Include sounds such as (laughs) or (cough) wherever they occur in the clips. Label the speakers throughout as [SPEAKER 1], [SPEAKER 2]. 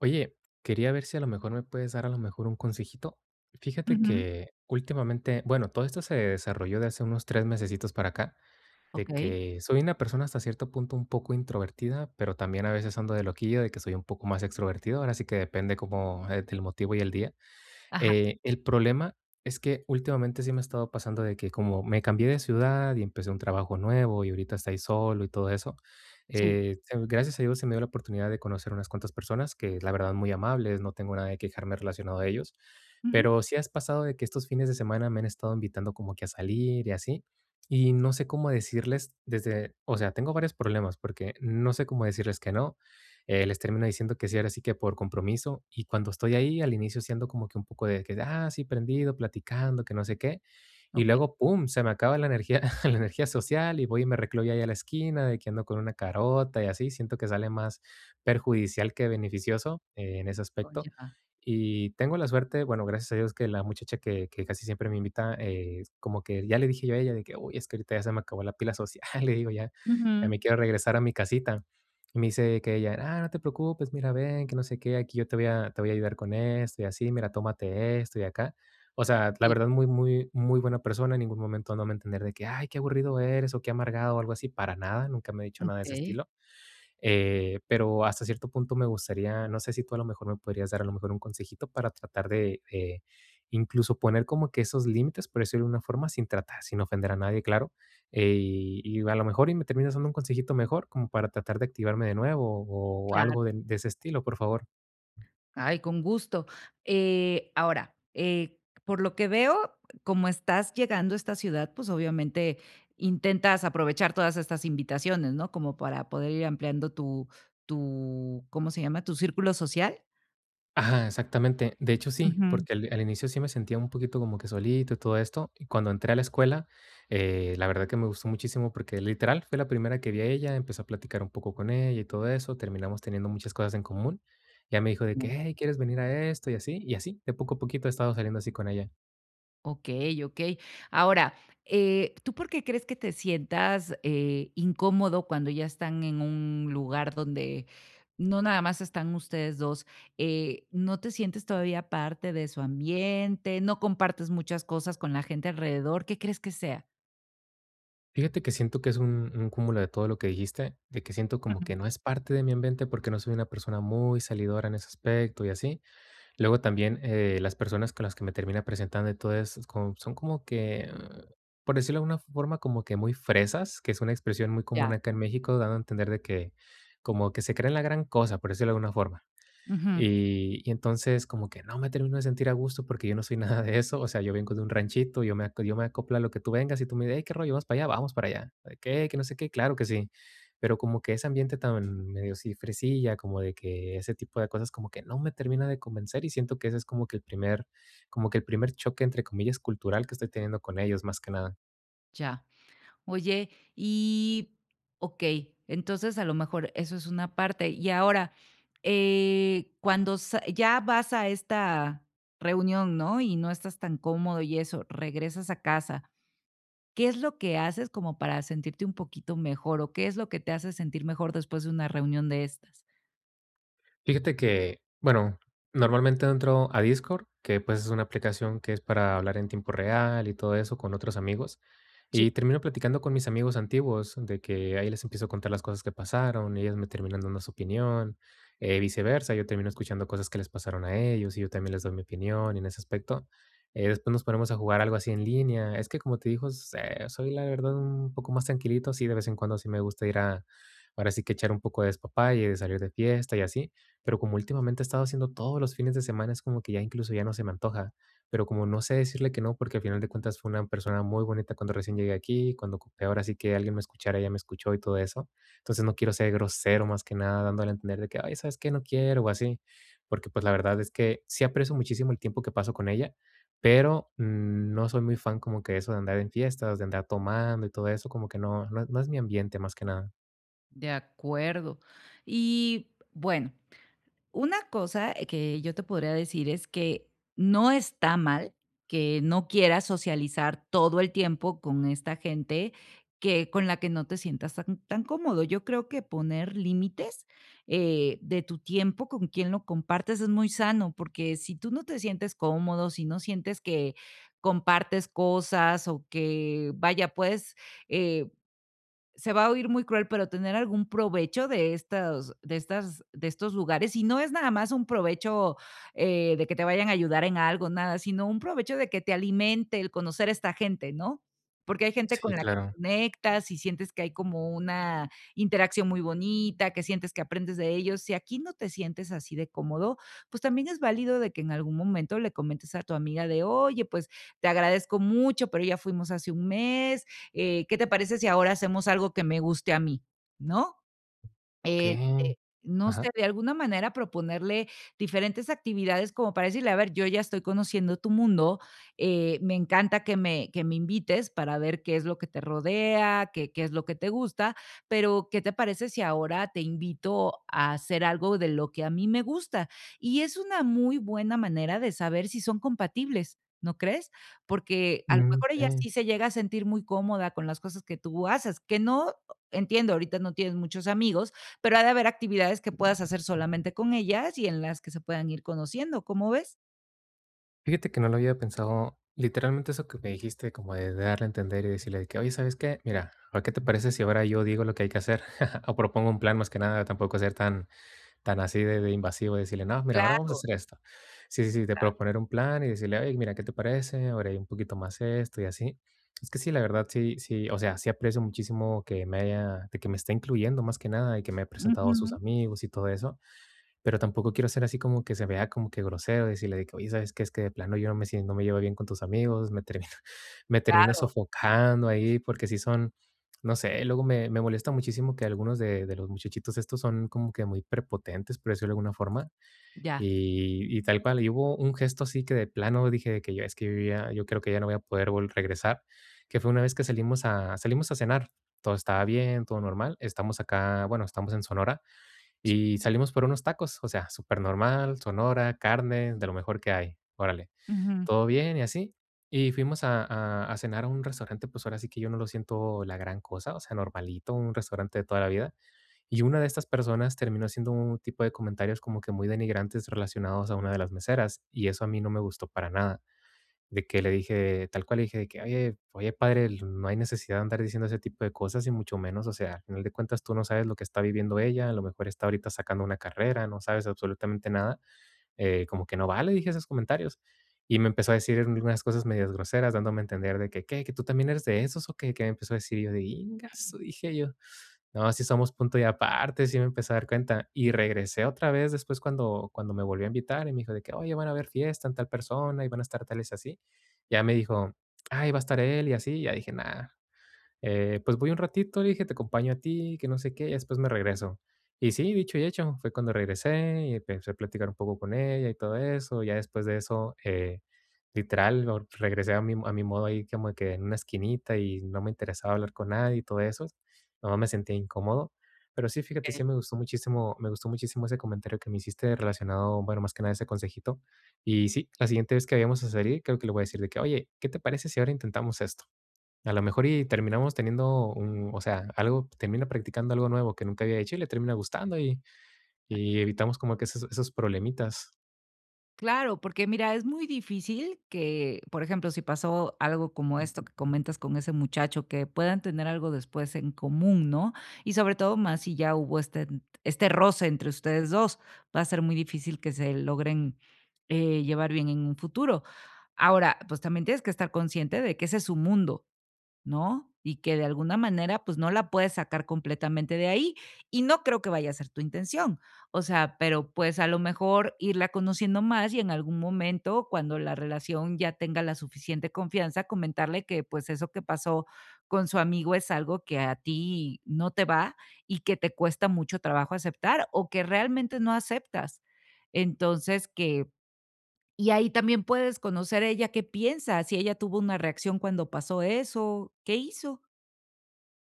[SPEAKER 1] Oye, quería ver si a lo mejor me puedes dar a lo mejor un consejito. Fíjate
[SPEAKER 2] Ujú,
[SPEAKER 1] que últimamente, bueno, todo esto se desarrolló de hace unos tres mesecitos para acá, de
[SPEAKER 2] okey.
[SPEAKER 1] que soy una persona hasta cierto punto un poco introvertida, pero también a veces ando de loquillo de que soy un poco más extrovertido, ahora sí que depende como del motivo y el día.
[SPEAKER 2] Ajá,
[SPEAKER 1] El problema es que últimamente sí me ha estado pasando de que como me cambié de ciudad y empecé un trabajo nuevo y ahorita estoy solo y todo eso,
[SPEAKER 2] sí.
[SPEAKER 1] gracias a Dios se me dio la oportunidad de conocer unas cuantas personas que la verdad muy amables, no tengo nada de quejarme relacionado a ellos,
[SPEAKER 2] Ujú.
[SPEAKER 1] pero sí has pasado de que estos fines de semana me han estado invitando como que a salir y así. Y no sé cómo decirles desde, o sea, tengo varios problemas porque no sé cómo decirles que no, les termino diciendo que sí, ahora sí que por compromiso. Y cuando estoy ahí, al inicio siendo como que un poco de que, ah, sí, prendido, platicando, que no sé qué. Y
[SPEAKER 2] Okey.
[SPEAKER 1] luego, pum, se me acaba la energía, (laughs) la energía social y voy y me recluyo ahí a la esquina de que ando con una carota y así. Siento que sale más perjudicial que beneficioso en ese
[SPEAKER 2] Oh,
[SPEAKER 1] aspecto.
[SPEAKER 2] ya.
[SPEAKER 1] Y tengo la suerte, bueno, gracias a Dios que la muchacha que casi siempre me invita, como que ya le dije yo a ella de que, uy, es que ahorita ya se me acabó la pila social, (laughs) le digo, ya, ya
[SPEAKER 2] Ujú.
[SPEAKER 1] me quiero regresar a mi casita. Y me dice que ella: "Ah, no te preocupes, mira, ven, que no sé qué, aquí yo te voy a ayudar con esto y así, mira, tómate esto y acá". O sea, la
[SPEAKER 2] Sí,
[SPEAKER 1] verdad, muy, muy, muy buena persona, en ningún momento no me entender de que: "Ay, qué aburrido eres o qué amargado", o algo así, para nada, nunca me ha dicho nada de ese
[SPEAKER 2] okey,
[SPEAKER 1] estilo. Pero hasta cierto punto me gustaría, no sé si tú a lo mejor me podrías dar a lo mejor un consejito para tratar de, incluso poner como que esos límites, por decirlo de una forma, sin tratar, sin ofender a nadie, claro. Y a lo mejor y me terminas dando un consejito mejor como para tratar de activarme de nuevo o,
[SPEAKER 2] claro.
[SPEAKER 1] algo de ese estilo, por favor.
[SPEAKER 2] Ay, con gusto. Ahora, por lo que veo, como estás llegando a esta ciudad, pues, obviamente intentas aprovechar todas estas invitaciones, ¿no? Como para poder ir ampliando tu, ¿cómo se llama? ¿Tu círculo social?
[SPEAKER 1] Ajá, exactamente. De hecho, sí, porque al inicio sí me sentía un poquito como que solito y todo esto. Y cuando entré a la escuela, la verdad que me gustó muchísimo porque literal fue la primera que vi a ella, empecé a platicar un poco con ella y todo eso, terminamos teniendo muchas cosas en común. Ya me dijo de que,
[SPEAKER 2] Ujú.
[SPEAKER 1] hey, ¿quieres venir a esto? Y así, de poco a poquito he estado saliendo así con ella.
[SPEAKER 2] Okey, okey. Ahora, ¿tú por qué crees que te sientas, incómodo cuando ya están en un lugar donde no nada más están ustedes 2? ¿No te sientes todavía parte de su ambiente? ¿No compartes muchas cosas con la gente alrededor? ¿Qué crees que sea?
[SPEAKER 1] Fíjate que siento que es un cúmulo de todo lo que dijiste, de que siento como que no
[SPEAKER 2] Ujú.
[SPEAKER 1] es parte de mi ambiente porque no soy una persona muy salidora en ese aspecto y así. Luego también, las personas con las que me termina presentando y todo eso, es como son como que, por decirlo de alguna forma, como que muy fresas, que es una expresión muy común
[SPEAKER 2] Ya.
[SPEAKER 1] acá en México, dando a entender de que como que se creen la gran cosa, por decirlo de alguna forma.
[SPEAKER 2] Ujú,
[SPEAKER 1] Y entonces como que no me termino de sentir a gusto porque yo no soy nada de eso, o sea, yo vengo de un ranchito, yo me aco yo me acoplo a lo que tú vengas y tú me: dices "Hey, ¿qué rollo? ¿Vamos para allá?". "Vamos para allá". "¿De qué? Que no sé qué". "Claro que sí". Pero como que ese ambiente tan medio cifresilla como de que ese tipo de cosas como que no me termina de convencer y siento que ese es como que el primer choque, entre comillas, cultural que estoy teniendo con ellos, más que nada.
[SPEAKER 2] ya. Oye, y ok, entonces a lo mejor eso es una parte. Y ahora, cuando ya vas a esta reunión, ¿no? Y no estás tan cómodo y eso, regresas a casa. ¿Qué es lo que haces como para sentirte un poquito mejor o qué es lo que te hace sentir mejor después de una reunión de estas?
[SPEAKER 1] Fíjate que, bueno, normalmente entro a Discord, que pues es una aplicación que es para hablar en tiempo real y todo eso con otros amigos.
[SPEAKER 2] Sí.
[SPEAKER 1] Y termino platicando con mis amigos antiguos, de que ahí les empiezo a contar las cosas que pasaron, ellos me terminan dando su opinión, viceversa, yo termino escuchando cosas que les pasaron a ellos y yo también les doy mi opinión y en ese aspecto. Después nos ponemos a jugar algo así en línea. Es que como te dijo, soy la verdad un poco más tranquilito, sí, de vez en cuando sí me gusta ir a, ahora sí que echar un poco de despapalle, de salir de fiesta y así. Pero como últimamente he estado haciendo todos los fines de semana, es como que ya incluso ya no se me antoja. Pero como no sé decirle que no, porque al final de cuentas fue una persona muy bonita cuando recién llegué aquí, cuando ocupé ahora sí que alguien me escuchara, ella me escuchó y todo eso. Entonces no quiero ser grosero más que nada, dándole a entender de que, ay, ¿sabes qué? No quiero o así. Porque pues la verdad es que sí aprecio muchísimo el tiempo que paso con ella, pero no soy muy fan como que eso de andar en fiestas, de andar tomando y todo eso, como que no, no, no es mi ambiente más que nada.
[SPEAKER 2] De acuerdo. Y bueno. Una cosa que yo te podría decir es que no está mal que no quieras socializar todo el tiempo con esta gente que con la que no te sientas tan, tan cómodo. Yo creo que poner límites de tu tiempo con quien lo compartes es muy sano, porque si tú no te sientes cómodo, si no sientes que compartes cosas o que, vaya, puedes eh, se va a oír muy cruel, pero tener algún provecho de de estos lugares. Y no es nada más un provecho de que te vayan a ayudar en algo, nada, sino un provecho de que te alimente el conocer a esta gente, ¿no? Porque hay gente con
[SPEAKER 1] Sí,
[SPEAKER 2] la que
[SPEAKER 1] claro.
[SPEAKER 2] conectas y sientes que hay como una interacción muy bonita, que sientes que aprendes de ellos. Si aquí no te sientes así de cómodo, pues también es válido de que en algún momento le comentes a tu amiga de, oye, pues te agradezco mucho, pero ya fuimos hace un mes ¿qué te parece si ahora hacemos algo que me guste a mí? ¿No?
[SPEAKER 1] Ok.
[SPEAKER 2] Eh, eh, no sé,
[SPEAKER 1] Ajá.
[SPEAKER 2] de alguna manera proponerle diferentes actividades como para decirle: "A ver, yo ya estoy conociendo tu mundo, me encanta que me invites para ver qué es lo que te rodea, qué es lo que te gusta, pero, ¿qué te parece si ahora te invito a hacer algo de lo que a mí me gusta?". Y es una muy buena manera de saber si son compatibles, ¿no crees? Porque a lo
[SPEAKER 1] Mm,
[SPEAKER 2] mejor ella
[SPEAKER 1] ok.
[SPEAKER 2] sí se llega a sentir muy cómoda con las cosas que tú haces, que no entiendo, ahorita no tienes muchos amigos, pero ha de haber actividades que puedas hacer solamente con ellas y en las que se puedan ir conociendo, ¿cómo ves?
[SPEAKER 1] Fíjate que no lo había pensado. Literalmente eso que me dijiste, como de darle a entender y decirle de que, oye, ¿sabes qué? Mira, ¿a qué te parece si ahora yo digo lo que hay que hacer? (laughs) O propongo un plan más que nada, tampoco ser tan, tan así de invasivo, decirle, no, mira, ahora vamos a
[SPEAKER 2] Claro,
[SPEAKER 1] hacer esto. Sí, sí, sí, de
[SPEAKER 2] claro.
[SPEAKER 1] proponer un plan y decirle, oye, mira, ¿qué te parece? Ahora hay un poquito más esto y así. Es que sí, la verdad, sí, sí, o sea, sí aprecio muchísimo que me haya, de que me esté incluyendo más que nada y que me haya presentado a sus
[SPEAKER 2] Ujú.
[SPEAKER 1] amigos y todo eso, pero tampoco quiero ser así como que se vea como que grosero, decirle de que: "Oye, ¿sabes qué? Es que de plano yo no me llevo bien con tus amigos, me termino (laughs) me termino
[SPEAKER 2] Claro.
[SPEAKER 1] sofocando ahí", porque sí son, no sé, luego me molesta muchísimo que algunos de los muchachitos estos son como que muy prepotentes, por decirlo de alguna forma,
[SPEAKER 2] Ya.
[SPEAKER 1] y tal cual. Y hubo un gesto así que de plano dije de que yo: "Es que yo creo que ya no voy a poder vol regresar", que fue una vez que salimos a cenar, todo estaba bien, todo normal. Estamos acá, bueno, estamos en Sonora, y salimos por unos tacos, o sea, súper normal, Sonora, carne, de lo mejor que hay. Órale,
[SPEAKER 2] Ujú.
[SPEAKER 1] todo bien y así. Y fuimos a cenar a un restaurante, pues, ahora sí que yo no lo siento la gran cosa, o sea, normalito, un restaurante de toda la vida. Y una de estas personas terminó haciendo un tipo de comentarios como que muy denigrantes relacionados a una de las meseras, y eso a mí no me gustó para nada de que le dije, tal cual le dije de que: "Oye, padre, l no hay necesidad de andar diciendo ese tipo de cosas y mucho menos, o sea, al final de cuentas tú no sabes lo que está viviendo ella, a lo mejor está ahorita sacando una carrera, no sabes absolutamente nada, como que no vale dije esos comentarios. Y me empezó a decir unas cosas medias groseras, dándome a entender de que: "¿Qué? ¿Que tú también eres de esos o qué?". Que me empezó a decir, y yo de: "Íngasu", dije yo. No, sí somos punto y aparte, sí me empecé a dar cuenta. Y regresé otra vez después cuando me volvió a invitar y me dijo de que, oye, van a haber fiesta en tal persona y van a estar tales y así. Ya me dijo, ay, va a estar él y así. Ya dije, nada, pues voy un ratito, le dije, te acompaño a ti, que no sé qué, y después me regreso. Y sí, dicho y hecho, fue cuando regresé y empecé a platicar un poco con ella y todo eso. Ya después de eso, literal, regresé a mi modo ahí como que en una esquinita y no me interesaba hablar con nadie y todo eso. Nomás me sentía incómodo. Pero sí, fíjate, sí
[SPEAKER 2] Okey.
[SPEAKER 1] me gustó muchísimo ese comentario que me hiciste relacionado, bueno, más que nada ese consejito. Y sí, la siguiente vez que vayamos a salir, creo que le voy a decir de que, oye, ¿qué te parece si ahora intentamos esto? A lo mejor y terminamos teniendo un o sea, algo termina practicando algo nuevo que nunca había hecho y le termina gustando y evitamos como que esos problemitas.
[SPEAKER 2] Claro, porque mira, es muy difícil que, por ejemplo, si pasó algo como esto que comentas con ese muchacho, que puedan tener algo después en común, ¿no? Y sobre todo más si ya hubo este roce entre ustedes 2, va a ser muy difícil que se logren, llevar bien en un futuro. Ahora, pues, también tienes que estar consciente de que ese es su mundo. ¿No? Y que de alguna manera, pues, no la puedes sacar completamente de ahí, y no creo que vaya a ser tu intención. O sea, pero, pues, a lo mejor irla conociendo más y en algún momento, cuando la relación ya tenga la suficiente confianza, comentarle que, pues, eso que pasó con su amigo es algo que a ti no te va y que te cuesta mucho trabajo aceptar o que realmente no aceptas. Entonces, que y ahí también puedes conocer ella qué piensa, si ella tuvo una reacción cuando pasó eso, ¿qué hizo?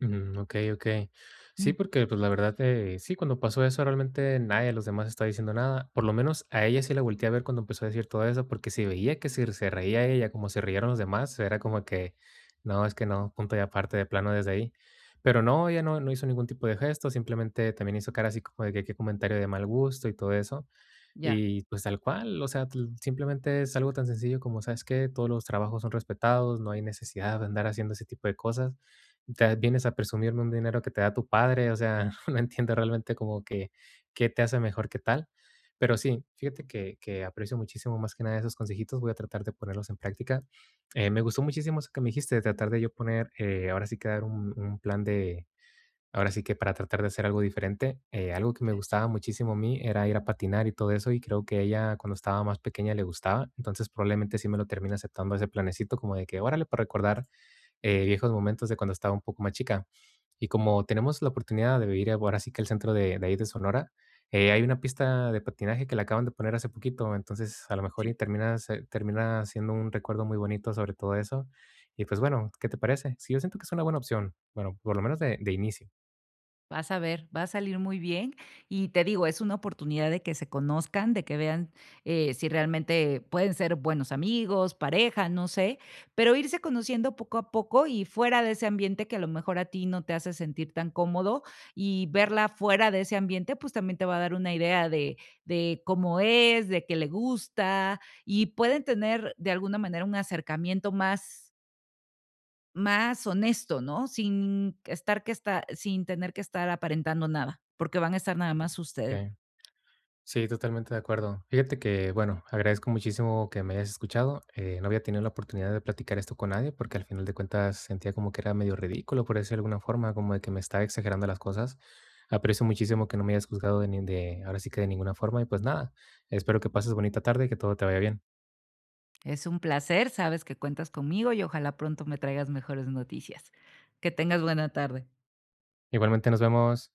[SPEAKER 1] Mm, okey, okey. Sí,
[SPEAKER 2] Mm,
[SPEAKER 1] porque, pues, la verdad, sí, cuando pasó eso, realmente nadie de los demás estaba diciendo nada. Por lo menos a ella sí la volteé a ver cuando empezó a decir todo eso, porque si veía que se reía ella como se rieron los demás, era como que: "No, es que no, punto y aparte", de plano desde ahí. Pero no, ella no hizo ningún tipo de gesto, simplemente también hizo cara así como de que qué comentario de mal gusto y todo eso.
[SPEAKER 2] ya,
[SPEAKER 1] Y pues tal cual, o sea, tl simplemente es algo tan sencillo como, ¿sabes qué? Todos los trabajos son respetados, no hay necesidad de andar haciendo ese tipo de cosas. Te vienes a presumirme un dinero que te da tu padre, o sea, (laughs) no entiendo realmente como que qué te hace mejor que tal. Pero sí, fíjate que aprecio muchísimo más que nada esos consejitos, voy a tratar de ponerlos en práctica. Me gustó muchísimo eso que me dijiste de tratar de yo poner, ahora sí que dar un plan de. Ahora sí que para tratar de hacer algo diferente, algo que me gustaba muchísimo a mí era ir a patinar y todo eso, y creo que ella cuando estaba más pequeña le gustaba, entonces probablemente sí me lo termina aceptando ese planecito como de que, órale, para recordar viejos momentos de cuando estaba un poco más chica. Y como tenemos la oportunidad de vivir ahora sí que el centro de ahí de Sonora, hay una pista de patinaje que la acaban de poner hace poquito, entonces a lo mejor y termina siendo un recuerdo muy bonito sobre todo eso. Y pues bueno, ¿qué te parece? Sí, yo siento que es una buena opción, bueno, por lo menos de inicio.
[SPEAKER 2] vas a ver, va a salir muy bien. Y te digo, es una oportunidad de que se conozcan, de que vean si realmente pueden ser buenos amigos, pareja, no sé, pero irse conociendo poco a poco y fuera de ese ambiente que a lo mejor a ti no te hace sentir tan cómodo y verla fuera de ese ambiente, pues también te va a dar una idea de cómo es, de qué le gusta y pueden tener de alguna manera un acercamiento más honesto, ¿no? Sin estar que está sin tener que estar aparentando nada, porque van a estar nada más ustedes.
[SPEAKER 1] Okey. Sí, totalmente de acuerdo. Fíjate que, bueno, agradezco muchísimo que me hayas escuchado. No había tenido la oportunidad de platicar esto con nadie, porque al final de cuentas sentía como que era medio ridículo, por decirlo de alguna forma, como de que me estaba exagerando las cosas. Aprecio muchísimo que no me hayas juzgado de ni de ahora sí que de ninguna forma y, pues, nada, espero que pases bonita tarde y que todo te vaya bien.
[SPEAKER 2] Es un placer, sabes que cuentas conmigo y ojalá pronto me traigas mejores noticias. Que tengas buena tarde.
[SPEAKER 1] Igualmente, nos vemos.